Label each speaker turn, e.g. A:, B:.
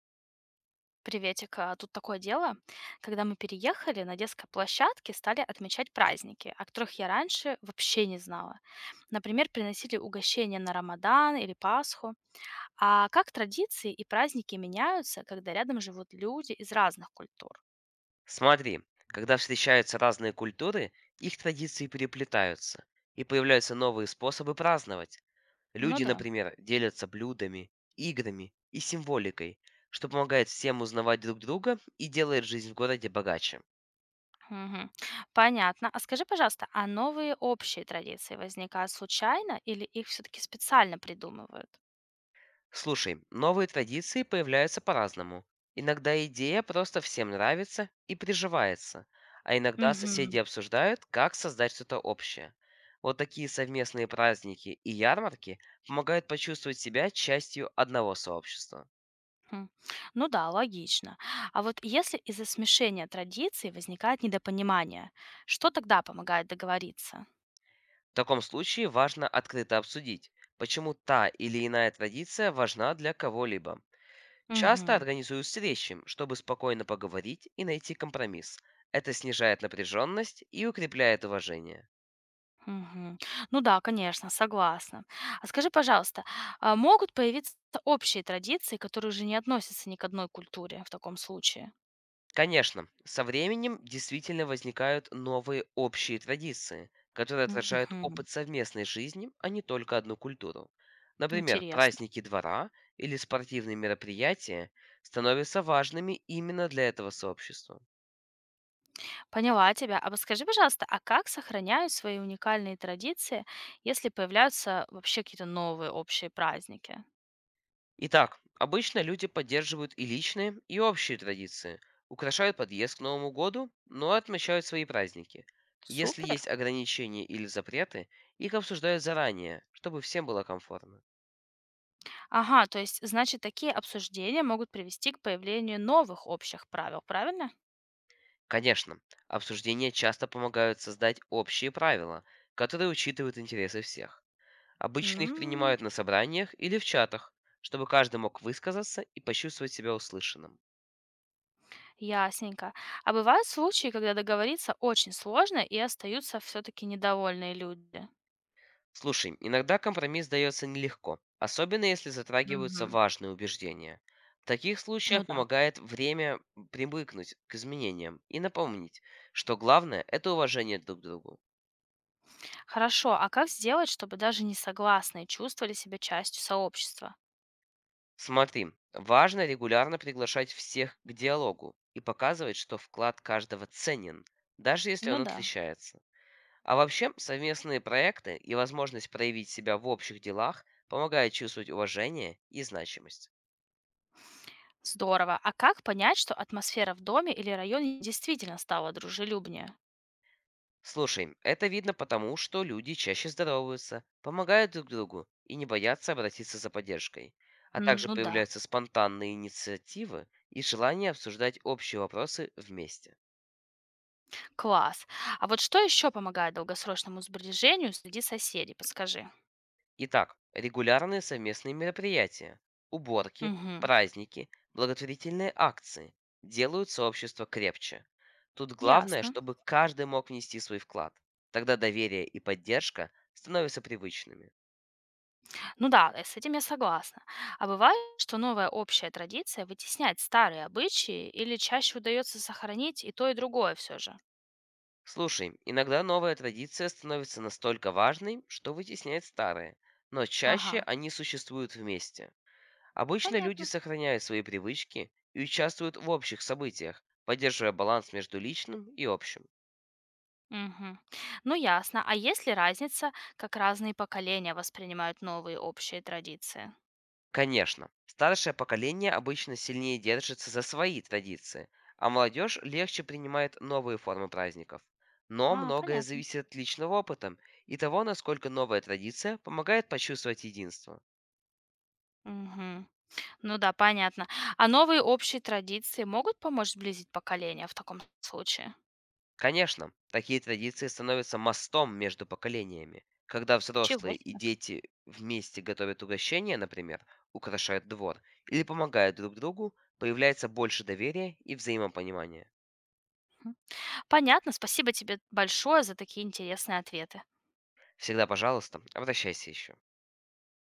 A: Приветик, тут такое дело. Когда мы переехали, на детской площадке стали отмечать праздники, о которых я раньше вообще не знала. Например, приносили угощения на Рамадан или Пасху. А как традиции и праздники меняются, когда рядом живут люди из разных культур?
B: Смотри, когда встречаются разные культуры, их традиции переплетаются, и появляются новые способы праздновать.
A: Ну
B: Люди,
A: да.
B: например, делятся блюдами, играми и символикой, что помогает всем узнавать друг друга и делает жизнь в городе богаче.
A: Мгм. Понятно. А скажи, пожалуйста, а новые общие традиции возникают случайно или их все-таки специально придумывают?
B: Слушай, новые традиции появляются по-разному. Иногда идея просто всем нравится и приживается, а иногда соседи
A: Мгм.
B: обсуждают, как создать что-то общее. Вот такие совместные праздники и ярмарки помогают почувствовать себя частью одного сообщества.
A: Хм. Ну да, логично. А вот если из-за смешения традиций возникает недопонимание, что тогда помогает договориться?
B: В таком случае важно открыто обсудить, почему та или иная традиция важна для кого-либо. Часто
A: Мгм.
B: организуют встречи, чтобы спокойно поговорить и найти компромисс. Это снижает напряженность и укрепляет уважение.
A: Мгм. Ну да, конечно, согласна. А скажи, пожалуйста, а могут появиться общие традиции, которые уже не относятся ни к одной культуре в таком случае?
B: Конечно, со временем действительно возникают новые общие традиции, которые отражают
A: Мгм.
B: опыт совместной жизни, а не только одну культуру. Например,
A: Интересно.
B: праздники двора или спортивные мероприятия становятся важными именно для этого сообщества.
A: Поняла тебя. А вот скажи, пожалуйста, а как сохраняют свои уникальные традиции, если появляются вообще какие-то новые общие праздники?
B: Итак, обычно люди поддерживают и личные, и общие традиции, украшают подъезд к Новому году, но отмечают свои праздники. Если
A: Супер.
B: есть ограничения или запреты, их обсуждают заранее, чтобы всем было комфортно.
A: Ага, то есть, значит, такие обсуждения могут привести к появлению новых общих правил, правильно?
B: Конечно, обсуждения часто помогают создать общие правила, которые учитывают интересы всех. Обычно их
A: М,
B: принимают на собраниях или в чатах, чтобы каждый мог высказаться и почувствовать себя услышанным.
A: ясненько. А бывают случаи, когда договориться очень сложно и остаются все-таки недовольные люди.
B: Слушай, иногда компромисс дается нелегко, особенно если затрагиваются
A: Мгм.
B: важные убеждения. В таких
A: Ну
B: случаях
A: да.
B: помогает время привыкнуть к изменениям и напомнить, что главное – это уважение друг к другу.
A: Хорошо, а как сделать, чтобы даже несогласные чувствовали себя частью сообщества?
B: Смотри, важно регулярно приглашать всех к диалогу и показывать, что вклад каждого ценен, даже если он
A: Ну да.
B: отличается. А вообще, совместные проекты и возможность проявить себя в общих делах помогают чувствовать уважение и значимость.
A: Здорово. А как понять, что атмосфера в доме или районе действительно стала дружелюбнее?
B: Слушай, это видно потому, что люди чаще здороваются, помогают друг другу и не боятся обратиться за поддержкой. А
A: М,
B: также
A: ну да.
B: появляются спонтанные инициативы и желание обсуждать общие вопросы вместе.
A: Класс. А вот что еще помогает долгосрочному сближению среди соседей, подскажи?
B: Итак, регулярные совместные мероприятия, уборки,
A: Мгм.
B: праздники, благотворительные акции делают сообщество крепче. Тут главное,
A: Ясно.
B: чтобы каждый мог внести свой вклад. Тогда доверие и поддержка становятся привычными.
A: Ну да, с этим я согласна. А бывает, что новая общая традиция вытесняет старые обычаи или чаще удается сохранить и то, и другое все же?
B: Слушай, иногда новая традиция становится настолько важной, что вытесняет старые, но чаще
A: Ага,
B: они существуют вместе. Обычно люди
A: понятно.
B: сохраняют свои привычки и участвуют в общих событиях, поддерживая баланс между личным и общим.
A: Мгм. Ну ясно. А есть ли разница, как разные поколения воспринимают новые общие традиции?
B: Конечно, старшее поколение обычно сильнее держится за свои традиции, а молодежь легче принимает новые формы праздников. Но
A: А,
B: многое
A: понятно.
B: зависит от личного опыта и того, насколько новая традиция помогает почувствовать единство.
A: Мгм. Ну да, понятно. А новые общие традиции могут помочь сблизить поколения в таком случае?
B: Конечно, такие традиции становятся мостом между поколениями. Когда
A: Чего?
B: взрослые и
A: Себе.
B: дети вместе готовят угощения, например, украшают двор или помогают друг другу, появляется больше доверия и взаимопонимания.
A: Мгм. Понятно. Спасибо тебе большое за такие интересные ответы.
B: Всегда, пожалуйста, обращайся еще.